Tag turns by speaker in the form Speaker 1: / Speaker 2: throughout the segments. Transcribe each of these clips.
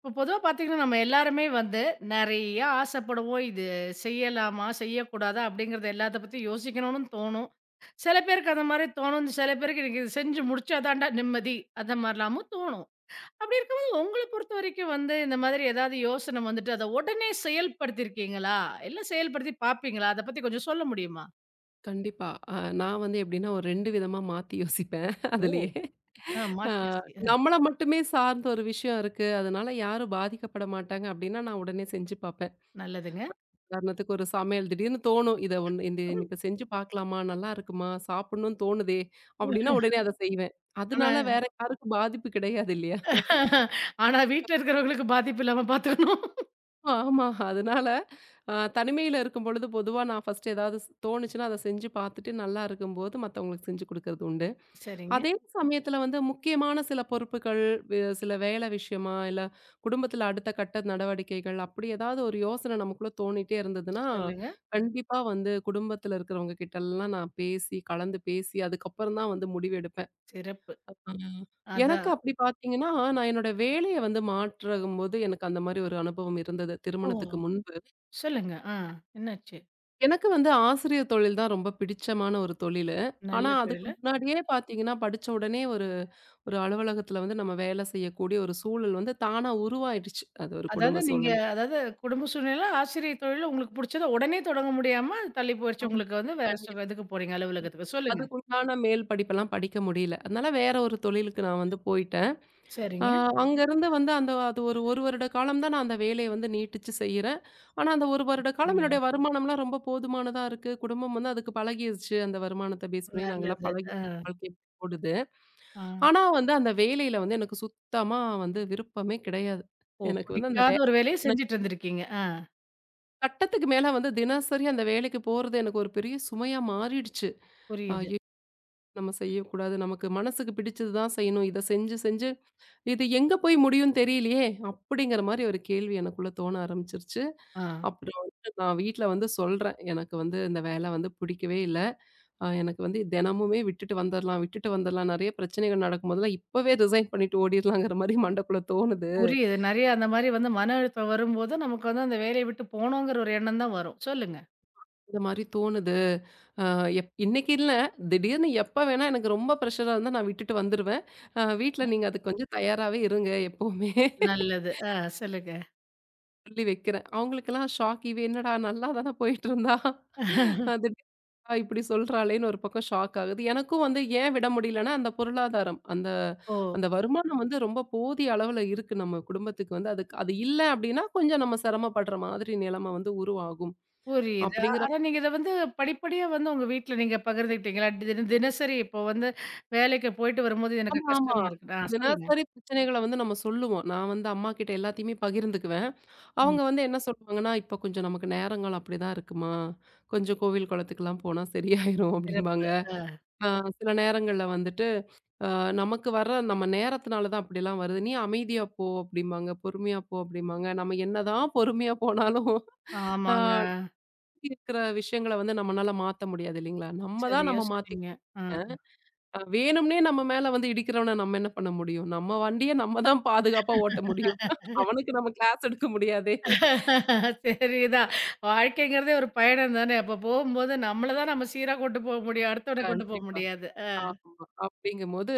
Speaker 1: இப்போ பொதுவா பார்த்தீங்கன்னா, நம்ம எல்லாருமே வந்து நெறைய ஆசைப்படுவோம். இது செய்யலாமா? செய்யக்கூடாதா? அப்படிங்கிறது எல்லாத்த பத்தி யோசிக்கணும்னு தோணும். சில பேருக்கு அந்த மாரி தோணும். சில பேருக்கு எனக்கு இது செஞ்சு முடிச்சா தான்டா நிம்மதி. அந்த மாரிலாமும் தோணும். அப்படி இருக்கும்போது உங்கள பொறுத்த வரைக்கும் வந்து இந்த மாதிரி ஏதாவது யோசனை வந்துட்டு, அத உடனே செயல்படுத்தியிருக்கீங்களா? இல்ல செயல்படுத்தி பார்ப்பீங்களா? அத பத்தி கொஞ்சம் சொல்ல முடியுமா?
Speaker 2: கண்டிப்பா. அ நான் வந்து எப்படின்னா, ஒரு 2 விதமா மாத்தி யோசிப்பேன்
Speaker 1: ஓ!
Speaker 2: அதிலேயே.
Speaker 1: ஆ
Speaker 2: அ
Speaker 1: மாத்தியாச்சு. அ.
Speaker 2: நம்மள மட்டுமே சார்ந்த ஒரு விஷயம் இருக்கு. அதனால யாரும் பாதிக்கப்பட மாட்டாங்க அப்படின்னா, நான் உடனே செஞ்சு பார்ப்பேன்.
Speaker 1: நல்லதுங்க.
Speaker 2: உதாரணத்துக்கு ஒரு சமையல் திடீர்னு தோணும். இத ஒண்ணு இந்த இன்னைக்கு செஞ்சு பார்க்கலாமா? நல்லா இருக்குமா? சாப்பிடணும்னு தோணுதே! அப்படின்னா உடனே அத செய்வேன். அதனால
Speaker 1: ஆனா
Speaker 2: வேற யாருக்கும் பாதிப்பு கிடையாது இல்லையா?
Speaker 1: ஆனா வீட்ல இருக்கிறவங்களுக்கு பாதிப்பு இல்லாம பார்த்துக்கணும்.
Speaker 2: ஆமா. அதனால தனிமையில இருக்கும்பொழுது பொதுவா நான் ஃபர்ஸ்ட் ஏதாவது தோணுச்சுன்னா, அத செஞ்சு பார்த்துட்டு நல்லா இருக்கும்போது மத்தவங்களுக்கு செஞ்சு குடுக்கறது உண்டு.
Speaker 1: சரிங்க.
Speaker 2: அதே சமயத்துல வந்து முக்கியமான சில பொறுப்புகள், சில வேலை விஷயமா, இல்ல குடும்பத்துல அடுத்த கட்ட நடவடிக்கைகள், அப்படி ஏதாவது ஒரு யோசனை நமக்குள்ள தோணிட்டே இருந்ததுன்னா,
Speaker 1: சொல்லுங்க.
Speaker 2: கண்டிப்பா வந்து குடும்பத்துல இருக்கிறவங்க கிட்டலாம் நான் பேசி, கலந்து பேசி, அதுக்கப்புறம் தான் வந்து முடிவு எடுப்பேன்.
Speaker 1: சிறப்பு.
Speaker 2: ஆ எனக்கு
Speaker 1: அதான்.
Speaker 2: அப்படி பார்த்தீங்கன்னா, நான் என்னோட வேலைய வந்து மாற்றும்போது எனக்கு அந்த மாரி ஒரு அனுபவம் இருந்தது,
Speaker 1: ஓ!
Speaker 2: திருமணத்துக்கு முன்பு.
Speaker 1: சொல்லுங்க. ஆ. என்னாச்சு?
Speaker 2: எனக்கு வந்து ஆசிரியர் தொழில் தான் ரொம்ப பிடிச்சமான ஒரு தொழிலு.
Speaker 1: நல்ல
Speaker 2: ஆனா, அதுக்கு
Speaker 1: தொழிலு.
Speaker 2: முன்னாடியே பார்த்தீங்கன்னா, படிச்ச உடனே ஒரு ஒரு அலுவலகத்துல வந்து நம்ம வேலை செய்யக்கூடிய ஒரு சூழல் வந்து தானா உருவாயிடுச்சு. அது ஒரு
Speaker 1: அதாவது
Speaker 2: குடும்ப
Speaker 1: நீங்க.
Speaker 2: சூழல்.
Speaker 1: அதாவது குடும்ப சூழ்நிலை, ஆசிரிய தொழில் உங்களுக்கு புடிச்சத உடனே தொடங்க முடியாம தள்ளி போயிருச்சு.
Speaker 2: ஆமா.
Speaker 1: உங்களுக்கு வந்து வேற சு
Speaker 2: கண்டிப்பா.
Speaker 1: இதுக்கு போறீங்க அலுவலகத்துக்கு. சொல்லுங்க.
Speaker 2: அதுக்குண்டான மேல் படிப்பெல்லாம் படிக்க முடியல. அதனால வேற ஒரு தொழிலுக்கு நான் வந்து போயிட்டேன். அ
Speaker 1: சரிங்க.
Speaker 2: அங்கருந்து வந்து அது ஒரு 1 வருட காலம் தான் நான் அந்த வேலைய வந்து நீட்டிச்சு செய்றேன். ஆனா, அந்த 1 வருட காலம்
Speaker 1: அப்படிங்களா?
Speaker 2: என்னுடைய வருமானம்லாம் ரொம்ப போதுமானதா இருக்கு. குடும்பம் வந்து அதுக்கு பழகிருச்சு. அந்த வருமானத்த பேஸ் பண்ணி நாங்கலாம்
Speaker 1: நல்லது.
Speaker 2: பழகி
Speaker 1: ஆ,
Speaker 2: வாழ்க்கை ஓடுது.
Speaker 1: ஆ.
Speaker 2: ஆனா வந்து அந்த வேலையில வந்து எனக்கு சுத்தமா வந்து விருப்பமே கிடையாது.
Speaker 1: ஓ!
Speaker 2: எனக்கு வந்து அந்த
Speaker 1: புடிக்காத
Speaker 2: வே
Speaker 1: ஒரு வேலைய
Speaker 2: எனக்கு
Speaker 1: செஞ்சுட்டு இருந்திருக்கீங்க. ஆ.
Speaker 2: கட்டத்துக்கு மேல வந்து தினசரி அந்த வேலைக்கு போறது எனக்கு ஒரு பெரிய சுமையா மாறிடுச்சு.
Speaker 1: புரியுது.
Speaker 2: ஐயோ! நம்ம செய்யக்கூடாது. நமக்கு மனசுக்கு பிடிச்சது தான் செய்யணும். இத செஞ்சு செஞ்சு இது எங்க போய் முடியும்னு தெரியலையே! அப்படிங்கிற மாரி ஒரு கேள்வி எனக்குள்ள தோண ஆரம்பிச்சுருச்சு.
Speaker 1: ஆ.
Speaker 2: அப்புறம் வந்து நான் வீட்ல வந்து சொல்றேன். எனக்கு வந்து இந்த வேல வந்து பிடிக்கவே இல்ல. எனக்கு வந்து தினமுமே விட்டுட்டு வந்துரலாம், விட்டுட்டு வந்துரலாம். நெறைய பிரச்சனைகள் நடக்கும்போதெல்லாம் இப்பவே ரிசைன் பண்ணிட்டு ஓடிரலாங்கிற மாரி மண்டக்குள்ள தோணுது.
Speaker 1: புரியுது. நெறைய அந்த மாரி வந்து மன அழுத்தம் வரும்போது, நமக்கு வந்து அந்த வேலைய விட்டு போணுங்கிற ஒரு எண்ணம் தான் வரும். சொல்லுங்க.
Speaker 2: இந்த மாரி தோணுது. அ எப் இன்னைக்கு இல்ல. திடீர்னு எப்ப வேணா எனக்கு ரொம்ப பிரஷரா இருந்தா நான் விட்டுட்டு வந்துருவேன். வீட்ல நீங்க அதுக்கு கொஞ்சம் தயாராவே இருங்க எப்பவுமே.
Speaker 1: நல்லது. ஆ. சொல்லுங்க.
Speaker 2: சொல்லி வைக்கிறேன். அவங்களுக்கெல்லாம் ஷாக். இவ என்னடா நல்லா தானே போயிட்டு இருந்தா. அது "ஆ இப்படி சொல்றாளேன்னு" ஒரு பக்கம் ஷாக் ஆகுது. எனக்கும் வந்து ஏன் விட முடியலன்னா, அந்த பொருளாதாரம், அந்த
Speaker 1: ஓ!
Speaker 2: அந்த வருமானம் வந்து ரொம்ப போதிய அளவுல இருக்கு நம்ம குடும்பத்துக்கு வந்து. அதுக்கு அது இல்ல அப்படின்னா, கொஞ்சம் நம்ம சிரமப்படுற மாதிரி நிலைமை வந்து உருவாகும்.
Speaker 1: புரியுது.
Speaker 2: அப்படிங்கிற
Speaker 1: ஆனா நீங்க இத வந்து படிப்படியா வந்து உங்க வீட்ல நீங்க பகிர்ந்துக்கிட்டீங்களா? தின தினசரி இப்போ வந்து வேலைக்கு போயிட்டு வரும்போது எனக்கு
Speaker 2: ஆமா, ஆமா.
Speaker 1: கஷ்டமா இருக்குடா. சொல்லுங்க.
Speaker 2: தினசரி பிரச்சனைகள வந்து நம்ம சொல்லுவோம். நான் வந்து அம்மா கிட்ட எல்லாத்தையுமே பகிர்ந்துக்குவேன்.
Speaker 1: ம்.
Speaker 2: அவங்க வந்து என்ன சொல்லுவாங்கன்னா, "இப்ப கொஞ்சம் நமக்கு நேரங்கள் அப்படிதான் இருக்குமா, கொஞ்சம் கோவில் குளத்துக்குலாம் போனா சரியாயிரும்"
Speaker 1: சிறப்பு.
Speaker 2: அப்படிம்பாங்க.
Speaker 1: அ.
Speaker 2: ஆ சில நேரங்கள்ல வந்துட்டு அ நமக்கு வர்ற நம்ம நேரத்துனால தான் அப்படிலாம் வருது. "நீ அமைதியா போ" அப்படிம்பாங்க. "பொறுமையா போ" அப்படிம்பாங்க. நம்ம என்னதான் பொறுமையா போனாலும், அ
Speaker 1: ஆமாங்க.
Speaker 2: சுத்தி இருக்கிற விஷயங்கள வந்து நம்மனால மாத்த முடியாது இல்லைங்களா? நம்ம தான்
Speaker 1: சரியா
Speaker 2: நம்ம
Speaker 1: சொன்னீங்க.
Speaker 2: மாத்திக்கணும்.
Speaker 1: ஆ.
Speaker 2: வேணும்னே நம்ம மேல வந்து இடிக்கிறவன நம்ம என்ன பண்ண முடியும்? நம்ம வண்டிய நம்ம தான் பாதுகாப்பா ஓட்ட முடியும். அவனுக்கு நம்ம கிளாஸ் எடுக்க முடியாதே!
Speaker 1: சரிதான். வாழ்க்கைங்கிறதே ஒரு பயணம் தானே! அப்ப போகும்போது நம்மள தான் நம்ம சீரா கொண்டு போக முடியும். அடுத்தவன கொண்டு போக
Speaker 2: கண்டிப்பா.
Speaker 1: முடியாது. அ.
Speaker 2: ஆமா. அப்படிங்கும்போது,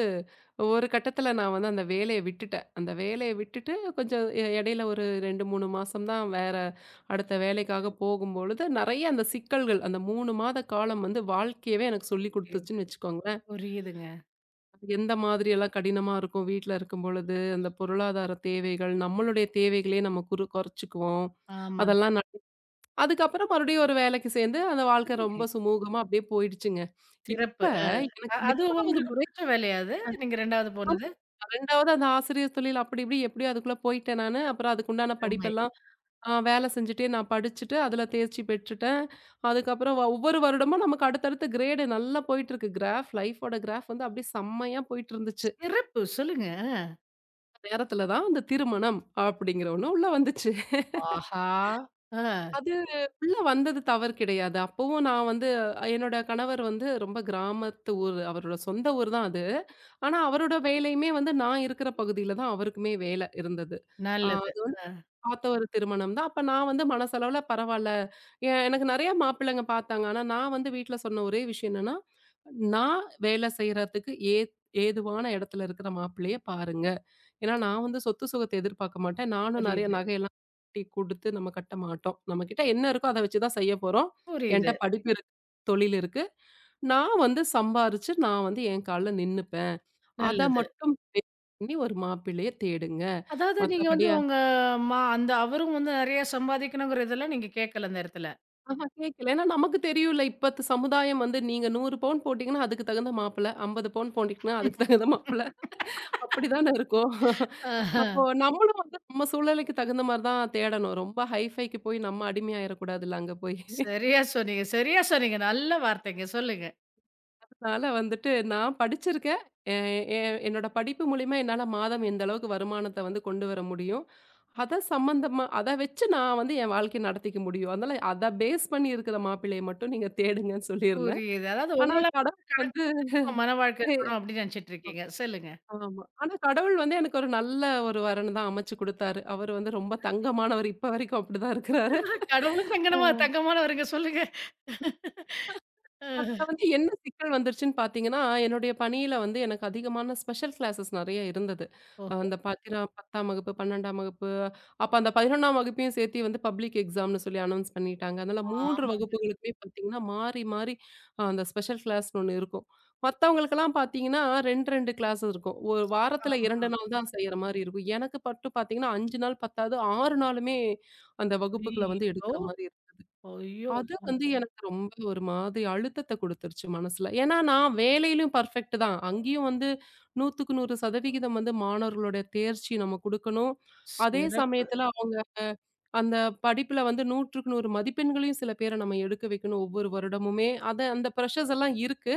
Speaker 2: ஒரு கட்டத்தில நான் வந்து அந்த வேலைய விட்டுட்டேன். அந்த வேலைய விட்டுட்டு கொஞ்சம் இடையில ஒரு 2, 3 மாசம் தான் வேற அடுத்த வேலைக்காக போகும்பொழுது, நெறைய அந்த சிக்கல்கள் அந்த 3 மாத காலம் வந்து வாழ்க்கையவே எனக்கு சொல்லிக் குடுத்துச்சுன்னு வச்சுக்கோங்களேன்.
Speaker 1: புரியுதுங்க.
Speaker 2: எந்த மாதிரியெல்லாம் கடினமா இருக்கும் வீட்ல இருக்கும்பொழுது, அந்த பொருளாதார தேவைகள், நம்மளுடைய தேவைகளே நம்ம குறைச்சுக்குவோம்.
Speaker 1: ஆமாங்க.
Speaker 2: அதெல்லாம் ந அதுக்கப்புறம் மறுபடியும் ஒரு வேலைக்கு சேர்ந்து அந்த வாழ்க்கை
Speaker 1: அருமை.
Speaker 2: ரொம்ப சுமூகமா அப்படியே போயிடுச்சுங்க. இப்ப
Speaker 1: சிறப்பு. ஆ,
Speaker 2: எனக்கு
Speaker 1: அ. அது
Speaker 2: 8வது
Speaker 1: உங்களுக்கு
Speaker 2: முறை
Speaker 1: புடிச்ச வேலையா அது? நீங்க 2வது
Speaker 2: ஆமா.
Speaker 1: போனது?
Speaker 2: 2வது அந்த ஆசிரியர் தொழில் அப்படி இப்படி எப்படியோ அதுக்குள்ள போயிட்டேன் நானு. அப்புறம் அதுக்குண்டான
Speaker 1: அருமை.
Speaker 2: படிப்பெல்லாம் வேலை செஞ்சுட்டே நான் படிச்சுட்டு, அதுல தேர்ச்சி பெற்றுட்டேன். அதுக்கப்புறம் ஒவ்வொரு வருடமும் நமக்கு அடுத்தடுத்து கிரேடு நல்லா போயிட்டுருக்கு. கிராஃப் லைஃபோட கிராஃப் வந்து அப்படியே செம்மையா போயிட்டுருந்துச்சு.
Speaker 1: சிறப்பு. சொல்லுங்க.
Speaker 2: அந்த நேரத்துல தான் அந்த திருமணம் அப்படிங்கிற ஒண்ணு உள்ள வந்துச்சு.
Speaker 1: ஆஹா! ஆ.
Speaker 2: அது உள்ள வந்தது தவறு கிடையாது. அப்பவும் நான் வந்து என்னோட கணவர் வந்து ரொம்ப கிராமத்து ஊர். அவரோட சொந்த ஊர் தான் அது. ஆனா அவரோட வேலையுமே வந்து நான் இருக்கிற பகுதியில தான் அவருக்குமே வேலை இருந்தது. ஆ.
Speaker 1: நல்லது. ஆ.
Speaker 2: பார்த்த ஒரு திருமணம் தான். அப்ப நான் வந்து மனசளவுல பரவால்ல. எனக்கு நெறைய மாப்பிள்ளைங்க பார்த்தாங்க. ஆனா நான் வந்து வீட்ல சொன்ன ஒரே விஷயம் என்னன்னா, நான் வேலை செய்றதுக்கு ஏதுவான இடத்துல இருக்கிற மாப்பிள்ளைய பாருங்க. ஏன்னா நான் வந்து சொத்து சுகத்த எதிர்பார்க்க மாட்டேன். நானும் நெறைய
Speaker 1: புரியுது,
Speaker 2: நகையெல்லாம் கட்டி குடுத்து நம்ம கட்ட மாட்டோம். நம்மகிட்ட என்ன இருக்கோ அத வச்சு தான் செய்ய போறோம். என்ட்ட
Speaker 1: புரியுது.
Speaker 2: படிப்பு இருக்கு, தொழில் இருக்கு. நான் வந்து சம்பாரிச்சு நான் வந்து என் கால்ல நின்னுப்பேன். அத
Speaker 1: நல்லது.
Speaker 2: மட்டும் பேஸ் பண்ணி ஒரு மாப்பிள்ளைய தேடுங்க.
Speaker 1: அதாவது நீங்க
Speaker 2: மத்தபடி
Speaker 1: வந்து உங்க மா அந்த அவரும் வந்து நெறைய சம்பாதிக்கணுங்கிற இதெல்லாம் நீங்க கேட்கல அந்த இடத்துல.
Speaker 2: ஆஹா கேட்கல. ஏன்னா நமக்கு தெரியும்ல, இப்பத்து சமுதாயம் வந்து நீங்க 100 பவுன் போட்டீங்கன்னா, அதுக்கு தகுந்த மாப்பிள்ளை. 50 பவுன் போட்டீங்கன்னா, அதுக்கு தகுந்த மாப்பிள்ளை. அப்படிதானே இருக்கும்.
Speaker 1: ஆஹ.
Speaker 2: அப்போ நம்மளும் வந்து நம்ம சூழ்நிலைக்கு தகுந்த மாரி தான் தேடணும். ரொம்ப ஹைஃபைக்கு போய் நம்ம அடிமையாயிறக்கூடாதுல்ல அங்க போய்.
Speaker 1: சரியா சொன்னீங்க, சரியா சொன்னீங்க. நல்ல வார்த்தைங்க. சொல்லுங்க.
Speaker 2: அதனால வந்துட்டு நான் படிச்சிருக்கேன். எ எ என்னோட படிப்பு மூலியமா என்னால மாதம் எந்த அளவுக்கு வருமானத்த வந்து கொண்டு வர முடியும். அத சம்பந்தமா அத வச்சு நான் வந்து என் வாழ்க்கைய நடத்திக்க முடியும். அதனால அத பேஸ் பண்ணி இருக்கிற மாப்பிள்ளைய மட்டும் நீங்க தேடுங்கன்னு சொல்லியிருந்தேன்.
Speaker 1: புரியுது. அதாவது
Speaker 2: ஆனா
Speaker 1: உங்கள
Speaker 2: கடவுள்
Speaker 1: வந்து கணக்கு
Speaker 2: வந்து
Speaker 1: எடுத்துட்டு உங்க மன வாழ்க்கை
Speaker 2: ஏ
Speaker 1: இருக்கணும் அப்படின்னு நினைச்சுட்டு இருக்கீங்க. சொல்லுங்க.
Speaker 2: ஆமா. ஆனா கடவுள் வந்து எனக்கு ஒரு நல்ல ஒரு வரன் தான் அமைச்சு குடுத்தாரு. அவரு வந்து ரொம்ப தங்கமானவரு. இப்ப வரைக்கும் அப்படிதான் இருக்கிறாரு.
Speaker 1: கடவுளும்
Speaker 2: அ.
Speaker 1: தங்கனமா தங்கமானவருங்க. சொல்லுங்க. ஆஹ.
Speaker 2: அதுல வந்து என்ன சிக்கல் வந்துருச்சுன்னு பார்த்தீங்கன்னா, என்னுடைய பணியில வந்து எனக்கு அதிகமான ஸ்பெஷல் கிளாஸஸ் நெறைய இருந்தது.
Speaker 1: ஓஹோ!
Speaker 2: அந்த பார்த்தீங்கன்னா 10ஆம் வகுப்பு, 12ஆம் வகுப்பு, அப்ப அந்த 11ஆம் வகுப்பையும் சேர்த்தி வந்து பப்ளிக் எக்ஸாம்னு சொல்லி அனௌன்ஸ் பண்ணிட்டாங்க. அதனால 3
Speaker 1: ஆமாங்க.
Speaker 2: வகுப்புகளுக்குமே பார்த்தீங்கன்னா, மாறி மாறி அந்த ஸ்பெஷல் கிளாஸ்ன்னு ஒண்ணு இருக்கும். மத்தவங்களுக்கெல்லாம் பார்த்தீங்கன்னா 2 கிளாஸ் இருக்கும். ஒரு வாரத்துல
Speaker 1: ஆமா.
Speaker 2: 2 நாள் தான் செய்ற மாரி இருக்கும். எனக்கு மட்டும் பார்த்தீங்கன்னா 5 நாள் பத்தாது 6 நாளுமே அந்த வகுப்புகள வந்து
Speaker 1: ஐயோ!
Speaker 2: எடுக்கிற மாரி
Speaker 1: ஐயோ!
Speaker 2: அது வந்து எனக்கு ரொம்ப ஒரு மாதிரி அழுத்தத்த குடுத்துருச்சு மனசுல. ஏன்னா நான் வேலையிலும் பெர்ஃபெக்ட் தான். அங்கேயும் வந்து 100க்கு 100% வந்து மாணவர்களுடைய தேர்ச்சி நம்ம குடுக்கணும். அதே
Speaker 1: சிறப்பு.
Speaker 2: சமயத்துல அவங்க அந்த படிப்புல வந்து 100க்கு 100 மதிப்பெண்களையும் சில பேர நம்ம எடுக்க வைக்கணும் ஒவ்வொரு வருடமுமே. அத அந்த பிரஷர்ஸ் எல்லாம் இருக்கு.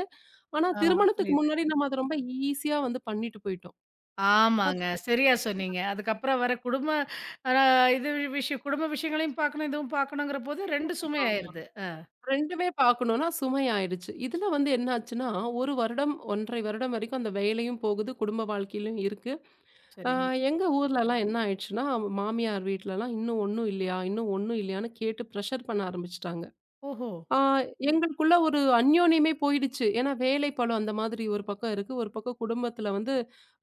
Speaker 2: ஆனா
Speaker 1: ஆ.
Speaker 2: திருமணத்துக்கு
Speaker 1: புரியுது.
Speaker 2: முன்னாடி நம்ம அத ரொம்ப ஈஸியா வந்து பண்ணிட்டு போயிட்டோம். அது
Speaker 1: ஆமாங்க. சரியா சொன்னீங்க. அதுக்கப்புறம் வர குடும்ப அ இது விஷயம் குடும்ப விஷயங்களையும் பார்க்கணும், இதுவும் பார்க்கணுங்கிற போது 2 சுமை
Speaker 2: ஆமா.
Speaker 1: ஆயிருது. அ.
Speaker 2: 2மே பார்க்கணும்னா சுமையாயிடுச்சு. இதுல வந்து என்ன ஆச்சுன்னா, 1 வருடம், 1 1/2 வருடம் வரைக்கும் அந்த வேலையும் போகுது, குடும்ப வாழ்க்கையிலும் இருக்கு. அ
Speaker 1: சரிங்க.
Speaker 2: எங்க ஊர்லலாம் என்ன ஆயிடுச்சுன்னா, மாமியார் வீட்லலாம் "இன்னும் ஒண்ணும் இல்லையா? இன்னும் ஒண்ணும் இல்லையான்னு?" கேட்டு ப்ரெஷர் பண்ண ஆரம்பிச்சுட்டாங்க.
Speaker 1: ஓஹோ!
Speaker 2: ஆ எங்களுக்குள்ள ஒரு அந்யோன்யமே போயிடுச்சு. ஏன்னா வேலைப்பளு அந்த மாதிரி ஒரு பக்கம் இருக்கு. ஒரு பக்கம் குடும்பத்தில வந்து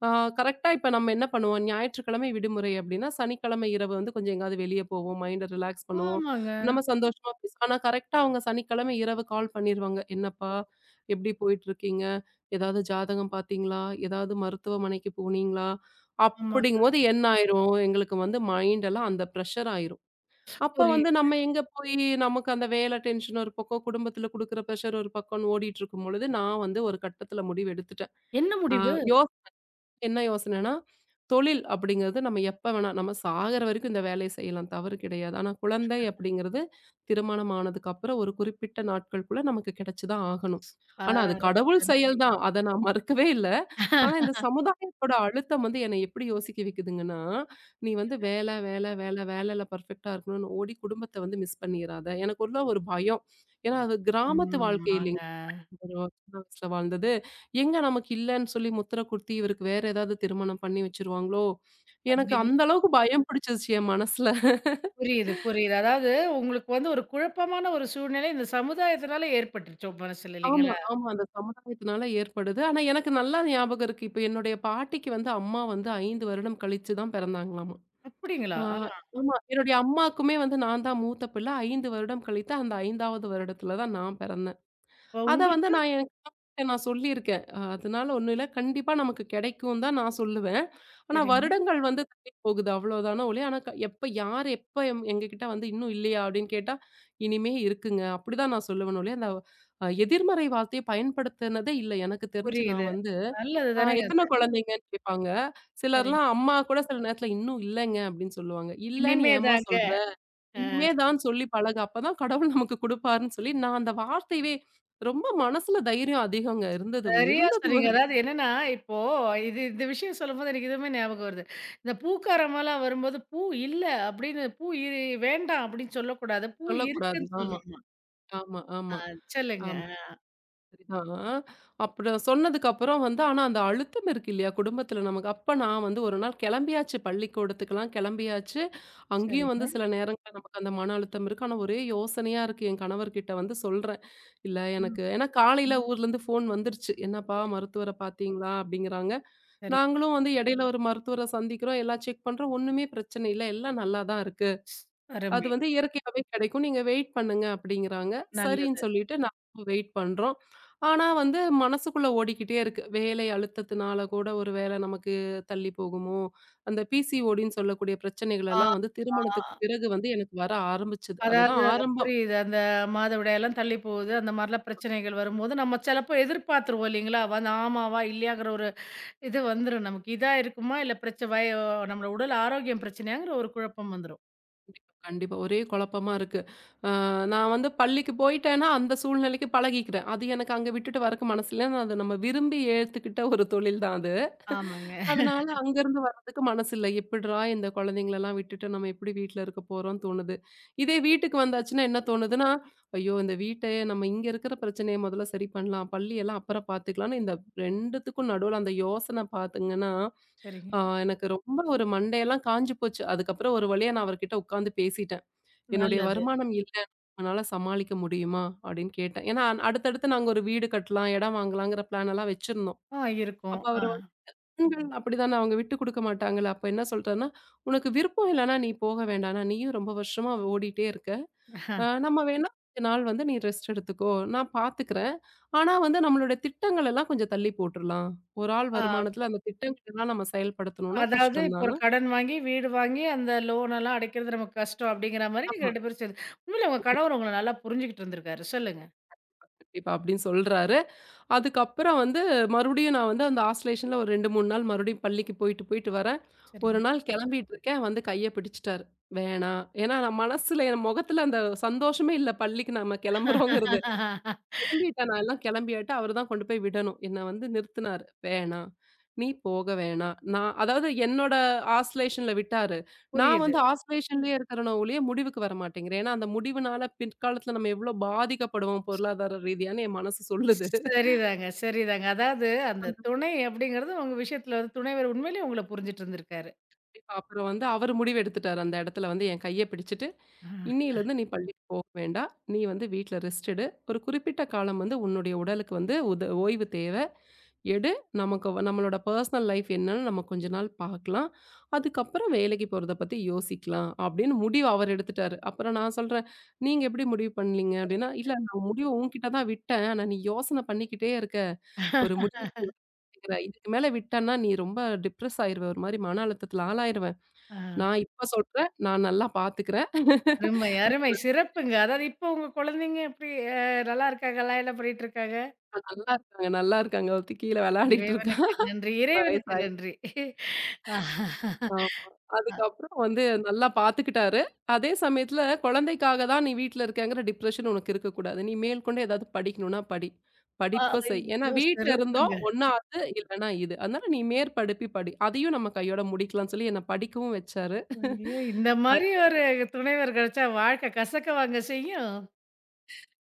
Speaker 2: ஆ கரெக்ட்டா இப்ப நம்ம என்ன பண்ணுவோம், ஞாயிற்றுக்கிழமை விடுமுறை அப்டின்னா, சனிக்கிழமை இரவு வந்து கொஞ்சம் எங்கேயாவது வெளிய போவோம். மைண்ட ரிலாக்ஸ் பண்ணுவோம்.
Speaker 1: ஆமாங்க,
Speaker 2: நம்ம சந்தோஷமா பேசுவோம். ஆனா கரெக்ட்டா அவங்க சனிக்கிழமை இரவு கால் பண்ணிருவாங்க. "என்னப்பா எப்டி போயிட்டுருக்கீங்க? ஏதாவது ஜாதகம் பார்த்தீங்களா? ஏதாவது மருத்துவமனைக்கு போனீங்களா?"
Speaker 1: ஆமா.
Speaker 2: அப்படிங்கும்போது என்ன ஆயிரும், எங்களுக்கு வந்து மைண்டெல்லாம் அந்த ப்ரெஷர் ஆயிரும். அப்ப வந்து
Speaker 1: புரியுது.
Speaker 2: நம்ம எங்க போய் நமக்கு அந்த வேலை டென்ஷன் ஒரு பக்கம், குடும்பத்துல குடுக்குற பிரஷர் ஒரு பக்கம்ன்னு ஓடிட்டு இருக்கும் பொழுது, நான் வந்து ஒரு கட்டத்துல முடிவு எடுத்துட்டேன்.
Speaker 1: என்ன
Speaker 2: அ
Speaker 1: முடிவு?
Speaker 2: யோ என்ன யோசனைன்னா, தொழில் அப்படிங்கிறது நம்ம எப்ப வேணா, நம்ம சாகுற வரைக்கும் இந்த வேலைய செய்யலாம். தவறு கிடையாது. ஆனா குழந்தை அப்படிங்கிறது திருமணம் ஆனதுக்கு அப்புறம் ஒரு குறிப்பிட்ட நாட்களுக்குள்ள நமக்கு கிடைச்சு தான் ஆகணும்.
Speaker 1: ஆ.
Speaker 2: ஆனா அது
Speaker 1: அருமை,
Speaker 2: கடவுள் செயல்
Speaker 1: அருமை.
Speaker 2: தான். அத நான் மறுக்கவே இல்ல. ஆனா இந்த சமுதாயத்தோட அழுத்தம் வந்து என்னை எப்படி யோசிக்க வைக்குதுங்கன்னா, "நீ வந்து வேல, வேல, வேல, வேலைல பெர்ஃபெக்ட்டா இருக்கணும்னு ஓடி குடும்பத்த வந்து மிஸ் பண்ணிறாத." எனக்கு உள்ள ஒரு பயம். ஏன்னா அது கிராமத்து
Speaker 1: ம்.
Speaker 2: வாழ்க்கை இல்லைங்களா?
Speaker 1: ஆமாங்க.
Speaker 2: ஒரு சின்ன வயசுல வாழ்ந்தது. எங்க நமக்கு இல்லன்னு சொல்லி முத்திர குத்தி, இவருக்கு வேற ஏதாவது திருமணம் பண்ணி வச்சுருவாங்களோ! எனக்கு
Speaker 1: அப்படிங்கிற
Speaker 2: அந்த அளவுக்கு பயம் பிடிச்சிருச்சு என் மனசுல.
Speaker 1: புரியுது, புரியுது. அதாவது உங்களுக்கு வந்து ஒரு குழப்பமான ஒரு சூழ்நிலை இந்த சமுதாயத்தினால ஏற்பட்டுருச்சு உங்க மனசுல
Speaker 2: ஆமா,
Speaker 1: இல்லைங்களா?
Speaker 2: ஆமா. அந்த சமுதாயத்தினால ஏற்படுது. ஆனா எனக்கு நல்லா ஞாபகம் இருக்கு. இப்ப என்னுடைய பாட்டிக்கு வந்து அம்மா வந்து 5 வருடம் கழிச்சு தான் பிறந்தாங்களாமா. ஆ
Speaker 1: அப்படிங்களா? ஆ.
Speaker 2: ஆமா. என்னுடைய அம்மாக்குமே வந்து நான் தான் மூத்த பிள்ள. 5 வருடம் கழித்து அந்த 5வது வருடத்தில தான் நான் பிறந்தேன்.
Speaker 1: அப்ப
Speaker 2: அத வந்து
Speaker 1: உங்களுக்கு
Speaker 2: நான் சொல்லியிருக்கேன். அதனால ஒண்ணும் இல்ல. கண்டிப்பா நமக்கு கிடைக்கும் தான் நான் சொல்லுவேன். ஆனா
Speaker 1: சரிங்க.
Speaker 2: வருடங்கள் வந்து தள்ளி போகுது அவ்வளோதானே ஒழிய, ஆனா எப்ப யார் எப்ப எங்ககிட்ட வந்து "இன்னும் இல்லையா?" அப்படின்னு கேட்டா, "இனிமே இருக்குங்க." அப்படிதான் நான் சொல்லுவேனே ஒழிய, அந்த எதிர்மறை வார்த்தைய பயன்படுத்தினதே இல்ல. எனக்கு தெரிஞ்சு நான்
Speaker 1: புரியுது.
Speaker 2: வந்து
Speaker 1: நல்லது தானேங்க அது.
Speaker 2: எத்தன குழந்தைங்கன்னு கேட்பாங்க.
Speaker 1: சரிங்க.
Speaker 2: சிலர்லாம் அம்மா கூட சில நேரத்தில "இன்னும் இல்லங்க" அப்படின்னு சொல்லுவாங்க. "இல்லன்னு
Speaker 1: இனிமே
Speaker 2: ஏம்மா
Speaker 1: தாங்க.
Speaker 2: சொல்ற?" இனிமே தான் சொல்லி பழகு. அப்பதான் கடவுள் நமக்கு குடுப்பாருன்னு சொல்லி, நான் அந்த வார்த்தையவே ரொம்ப மனசுல தைரியம் அதிகங்க இருந்தது.
Speaker 1: சரியா
Speaker 2: இருந்தது
Speaker 1: சொன்னீங்க.
Speaker 2: ஒரு
Speaker 1: அதாவது என்னன்னா, இப்போ இது இந்த விஷயம் சொல்லும்போது எனக்கு இதுவுமே ஞாபகம் வருது. இந்த பூக்காரமாலாம் வரும்போது, "பூ இல்ல" அப்படின்னு "பூ இரு வேண்டாம்" அப்படின்னு சொல்லக்கூடாது. "பூ
Speaker 2: சொல்லக்கூடாது.
Speaker 1: இருக்குன்னு"
Speaker 2: ஆமா,
Speaker 1: சொல்லணும்.
Speaker 2: ஆமா, ஆமா,
Speaker 1: சொல்லுங்க.
Speaker 2: ஆமா. சரிதான். அப்புறம் சொன்னதுக்கு அப்புறம் வந்து ஆனா அந்த அழுத்தம் இருக்கு இல்லையா? குடும்பத்தில நமக்கு. அப்ப நான் வந்து ஒரு நாள் கிளம்பியாச்சு பள்ளிக்கூடத்துக்கெல்லாம் கிளம்பியாச்சு. அங்கேயும் வந்து
Speaker 1: சரிங்க.
Speaker 2: சில நேரங்கள்ல நமக்கு அந்த மன அழுத்தம் இருக்கு. ஆனா ஒரே யோசனையா இருக்கு. என் கணவர்கிட்ட வந்து சொல்றேன். "இல்ல
Speaker 1: ம்.
Speaker 2: எனக்கு" ஏன்னா காலையில ஊர்லேருந்து ஃபோன் வந்துருச்சு. "என்னப்பா
Speaker 1: சரி,
Speaker 2: மருத்துவர பார்த்தீங்களா?" அப்படிங்கிறாங்க.
Speaker 1: சரி.
Speaker 2: நாங்களும் வந்து இடையில ஒரு மருத்துவர சந்திக்கிறோம். எல்லாம் செக் பண்றோம். ஒண்ணுமே பிரச்சனை இல்ல. எல்லாம் நல்லா தான் இருக்கு. அது
Speaker 1: அருமை.
Speaker 2: வந்து இயற்கையாவே கிடைக்கும். நீங்க வெயிட் பண்ணுங்க அப்படிங்கிறாங்க. சரின்னு
Speaker 1: நல்லது.
Speaker 2: சொல்லிட்டு நாங்களும் வெயிட் பண்றோம். ஆனா வந்து மனசுக்குள்ள ஓடிக்கிட்டே இருக்கு. வேலை அழுத்தத்தினால கூட ஒரு வேளை நமக்கு தள்ளி போகுமோ? அந்த பிசிஓடின்னு சொல்லக்கூடிய பிரச்சனைகள்
Speaker 1: ஆ,
Speaker 2: எல்லாம் வந்து
Speaker 1: ஆ.
Speaker 2: திருமணத்துக்கு பிறகு வந்து எனக்கு வர ஆரம்பிச்சது.
Speaker 1: அதாவது
Speaker 2: அதுதான் ஆரம்ப
Speaker 1: புரியுது. அந்த மாதவிடாயெல்லாம் தள்ளி போகுது. அந்த மாரிலாம் பிரச்சனைகள் வரும்போது, நம்ம சிலப்போ எதிர்பார்த்துருவோம் இல்லைங்களா? வந்து ஆமாவா? இல்லையாங்கிற ஒரு இது வந்துரும் நமக்கு. இதா இருக்குமா? இல்ல பிரச்ச வய நம்மளோட உடல் ஆரோக்கியம் பிரச்சனையாங்கிற ஒரு குழப்பம் வந்துரும்.
Speaker 2: கண்டிப்பா, கண்டிப்பா. ஒரே குழப்பமா இருக்கு. அ நான் வந்து பள்ளிக்கு போயிட்டேன்னா, அந்த சூழ்நிலைக்கு பழகிக்கிறேன். அது எனக்கு அங்க விட்டுட்டு வரக்கு மனசு இல்ல. அது நம்ம விரும்பி ஏத்துக்கிட்ட ஒரு தொழில் தான் அது.
Speaker 1: ஆமாங்க.
Speaker 2: அதனால அங்கருந்து வர்றதுக்கு மனசு இல்ல. எப்பிட்றா இந்த குழந்தைங்களலாம் விட்டுட்டு நம்ம எப்பிடி வீட்ல இருக்க போறோம்ன்னு தோணுது. இதே வீட்டுக்கு வந்தாச்சுன்னா என்ன தோணுதுன்னா, ஐயோ! இந்த வீட்டைய நம்ம இங்க இருக்கிற பிரச்சனைய முதல்ல சரி பண்ணலாம். பள்ளியெல்லாம் அப்புறம் பார்த்துக்கலான்னு இந்த 2த்துக்கும் நடுவுல அந்த யோசனை பார்த்தீங்கன்னா,
Speaker 1: சரிங்க.
Speaker 2: அ எனக்கு ரொம்ப ஒரு மண்டையெல்லாம் காஞ்சு போச்சு. அதுக்கப்புறம் ஒரு வழியா நான் அவர்கிட்ட உட்காந்து பேசிட்டேன். என்னுடைய
Speaker 1: நல்லது.
Speaker 2: வருமானம் இல்ல. "உன்னால சமாளிக்க முடியுமா?" அப்படின்னு கேட்டேன். ஏன்னா அடுத்தடுத்து நாங்க ஒரு வீடு கட்டலாம், இடம் வாங்கலாங்கிற பிளான் எல்லாம் வச்சிருந்தோம்.
Speaker 1: ஆ இருக்கும்.
Speaker 2: அப்ப
Speaker 1: ஆ.
Speaker 2: அவரு வந்து பெண்கள் அப்படிதானே அவங்க விட்டு குடுக்க மாட்டாங்கல்ல. அப்ப என்ன சொல்ட்டாருன்னா, "உனக்கு விருப்பம் இல்லன்னா நீ போக வேண்டாம். ஆனா நீயும் ரொம்ப வருஷமா ஓடிட்டே இருக்க. நம்ம வேணா கொஞ்ச நாள் வந்து நீ ரெஸ்ட் எடுத்துக்கோ. நான் பார்த்துக்கிறேன். ஆனா வந்து நம்மளோட திட்டங்கள் எல்லாம் கொஞ்சம் தள்ளி போட்டுறலாம். ஒரு ஆள்
Speaker 1: ஆ.
Speaker 2: வருமானத்துல அந்த திட்டங்கள் எல்லாம் நம்ம செயல்படுத்தணும்னா
Speaker 1: அதாவது
Speaker 2: கஷ்டம்
Speaker 1: இப்போ
Speaker 2: தான."
Speaker 1: ஒரு கடன் வாங்கி, வீடு வாங்கி, அந்த லோன் எல்லாம் அடைக்கிறது நமக்கு கஷ்டம் அப்படிங்கிற மாரி நீங்க
Speaker 2: ஆமா.
Speaker 1: 2 பேரும் சேர்ந்து உண்மையிலே உங்க கணவர் உங்கள நல்லா புரிஞ்சுகிட்டு இருந்திருக்காரு. சொல்லுங்க.
Speaker 2: கண்டிப்பா அப்படின்னு சொல்றாரு. அதுக்கப்புறம் வந்து மறுபடியும் நான் வந்து அந்த ஆஸ்லேஷன்ல ஒரு 2, 3 நாள் மறுபடியும் பள்ளிக்கு போயிட்டு, போயிட்டு வரேன். ஒரு
Speaker 1: சரிங்க.
Speaker 2: நாள் கிளம்பிட்டு இருக்கேன். வந்து கைய பிடிச்சுட்டாரு. வேணாம். ஏன்னா நான் மனசுல என் முகத்துல அந்த சந்தோஷமே இல்ல பள்ளிக்கு நம்ம கிளம்புறோங்கிறது. கிளம்பிட்டேன் நான் எல்லாம் கிளம்பியாட்டு அவரு தான் கொண்டு போய் விடணும். என்ன வந்து நிறுத்துனாரு. வேணாம். நீ போக வேணாம். நான் அதாவது என்னோட ஆஸ்லேஷன்ல விட்டாரு. நான்
Speaker 1: புரியுது.
Speaker 2: வந்து ஆஸ்லேஷன்லயே இருக்கிறேனே ஒழிய முடிவுக்கு வர மாட்டேங்கிறேன். ஏன்னா அந்த முடிவுனால பிற்காலத்துல நம்ம எவ்வளோ பாதிக்கப்படுவோம் பொருளாதார ரீதியான்னு என் மனசு சொல்லுது.
Speaker 1: சரிதாங்க, சரிதாங்க. அதாவது அந்த துணை அப்படிங்கிறது உங்க விஷயத்துல வந்து துணைவர் உண்மையிலேயே உங்கள புரிஞ்சுட்டு இருந்திருக்காரு.
Speaker 2: கண்டிப்பா. அப்புறம் வந்து அவரு முடிவு எடுத்துட்டாரு. அந்த இடத்துல வந்து என் கைய பிடிச்சுட்டு,
Speaker 1: ஆ.
Speaker 2: "இன்னையிலருந்து நீ பள்ளிக்கு போக வேண்டாம். நீ வந்து வீட்ல ரெஸ்ட் எடு. ஒரு குறிப்பிட்ட காலம் வந்து உன்னுடைய உடலுக்கு வந்து உத ஓய்வு தேவை. எடு. நம்மளோட பர்சனல் லைஃப் என்னன்னு நம்ம கொஞ்ச நாள் பார்க்கலாம். அதுக்கப்புறம் வேலைக்கு போறத பத்தி யோசிக்கலாம்." அப்படின்னு முடிவு அவர் எடுத்துட்டாரு. அப்புறம் நான் சொல்றேன், "நீங்க எப்படி முடிவு பண்ணீங்க?" அப்படின்னா,
Speaker 1: புரியுது.
Speaker 2: "இல்ல நான் முடிவு உன்கிட்ட தான் விட்டேன். ஆனா நீ யோசனை பண்ணிக்கிட்டே இருக்க. ஒரு முடிவு எடுக்கிற. இதுக்கு மேல விட்டன்னா, நீ ரொம்ப டிப்ரஸ் ஆயிருவ. ஒரு மாரி மன அழுத்தத்துல ஆளாயிருவ.
Speaker 1: ஆ.
Speaker 2: நான் இப்ப சொல்றேன். நான் நல்லா பாத்துக்கிறேன்.
Speaker 1: அருமை, அருமை. சிறப்புங்க. அதாவது இப்போ உங்க குழந்தைங்க எப்படி அ நல்லா இருக்காங்களா? என்ன பண்ணிட்டு இருக்காங்க?
Speaker 2: நல்லா இருக்காங்க, நல்லா இருக்காங்க. ஒருத்தி கீழ விளையாடிட்டு இருக்கா.
Speaker 1: இறைவனுக்கு நன்றி,
Speaker 2: 1 வயசு
Speaker 1: இறைவனுக்கு
Speaker 2: ஆயி
Speaker 1: நன்றி.
Speaker 2: ஆமா. அதுக்கப்புறம் வந்து நல்லா பாத்துக்கிட்டாரு. அதே சமயத்துல குழந்தைக்காக தான் நீ வீட்ல இருக்கேங்கிற டிப்ரஷன் உனக்கு இருக்கக்கூடாது. நீ மேல்கொண்டு ஏதாவது படிக்கணும்னா படி.
Speaker 1: அ.
Speaker 2: படிப்ப செய். ஏன்னா
Speaker 1: ஐயோ!
Speaker 2: வீட்ல
Speaker 1: சிறப்புங்க.
Speaker 2: இருந்தோம் ஒண்ணா அது, இல்லன்னா இது. அதனால நீ மேற்படிப்பு படி. அதையும் நம்ம கையோட முடிக்கலாம்ன்னு சொல்லி என்ன படிக்கவும் வச்சாரு.
Speaker 1: ஐயோ! இந்த மாரி ஒரு துணைவர் கிடைச்சா வாழ்க்கை கசக்கவாங்க செய்யும்.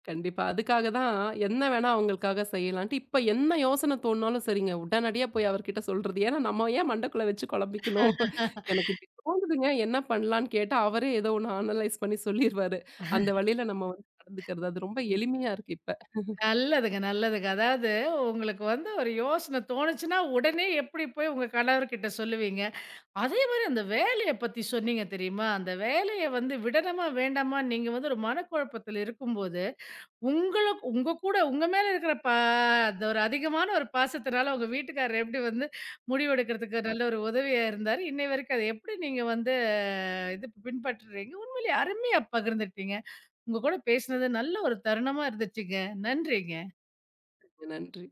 Speaker 2: கண்டிப்பா. அதுக்காக தான் என்ன வேணா அவங்களுக்காக செய்யலான்ட்டு, இப்ப என்ன யோசனை தோணுனாலும் சரிங்க, உடனடியா போய் அவர்கிட்ட சொல்றது. ஏன்னா, நம்ம ஏன் மண்டக்குள்ள வச்சு குழம்பிக்கணும்? எனக்கு இப்படி தோணுதுங்க, என்ன பண்ணலான்னு கேட்டா, அவரே ஏதோ ஒண்ணு அனலைஸ் பண்ணி சொல்லிருவாரு. அந்த வழியில நம்ம வந்து நடந்துக்கிறது. அது ரொம்ப எளிமையா இருக்கு இப்ப.
Speaker 1: நல்லதுங்க, நல்லதுங்க. அதாவது உங்களுக்கு வந்து ஒரு யோசனை தோணுச்சுன்னா, உடனே எப்படி போய் உங்க கணவர்கிட்ட சொல்லுவீங்க. அதே மாரி அந்த வேலைய பத்தி சொன்னீங்க தெரியுமா? அந்த வேலைய வந்து விடணுமா, வேண்டாமான்னு நீங்க வந்து ஒரு மனக்குழப்பத்தில இருக்கும்போது உங்களுக்கு உங்க கூட உங்க மேல இருக்கிற பா அந்த ஒரு அதிகமான ஒரு பாசத்தினால உங்க வீட்டுக்காரர் எப்படி வந்து முடிவெடுக்கிறதுக்கு நல்ல ஒரு உதவியா இருந்தாரு. இன்னை வரைக்கும் அத எப்படி நீங்க வந்து இது பின்பற்றுறீங்க? உண்மையிலேயே அருமையா பகிர்ந்துட்டீங்க. உங்க கூட பேசினது நல்ல ஒரு தருணமா இருந்துச்சுங்க. நன்றிங்க.
Speaker 2: நன்றி.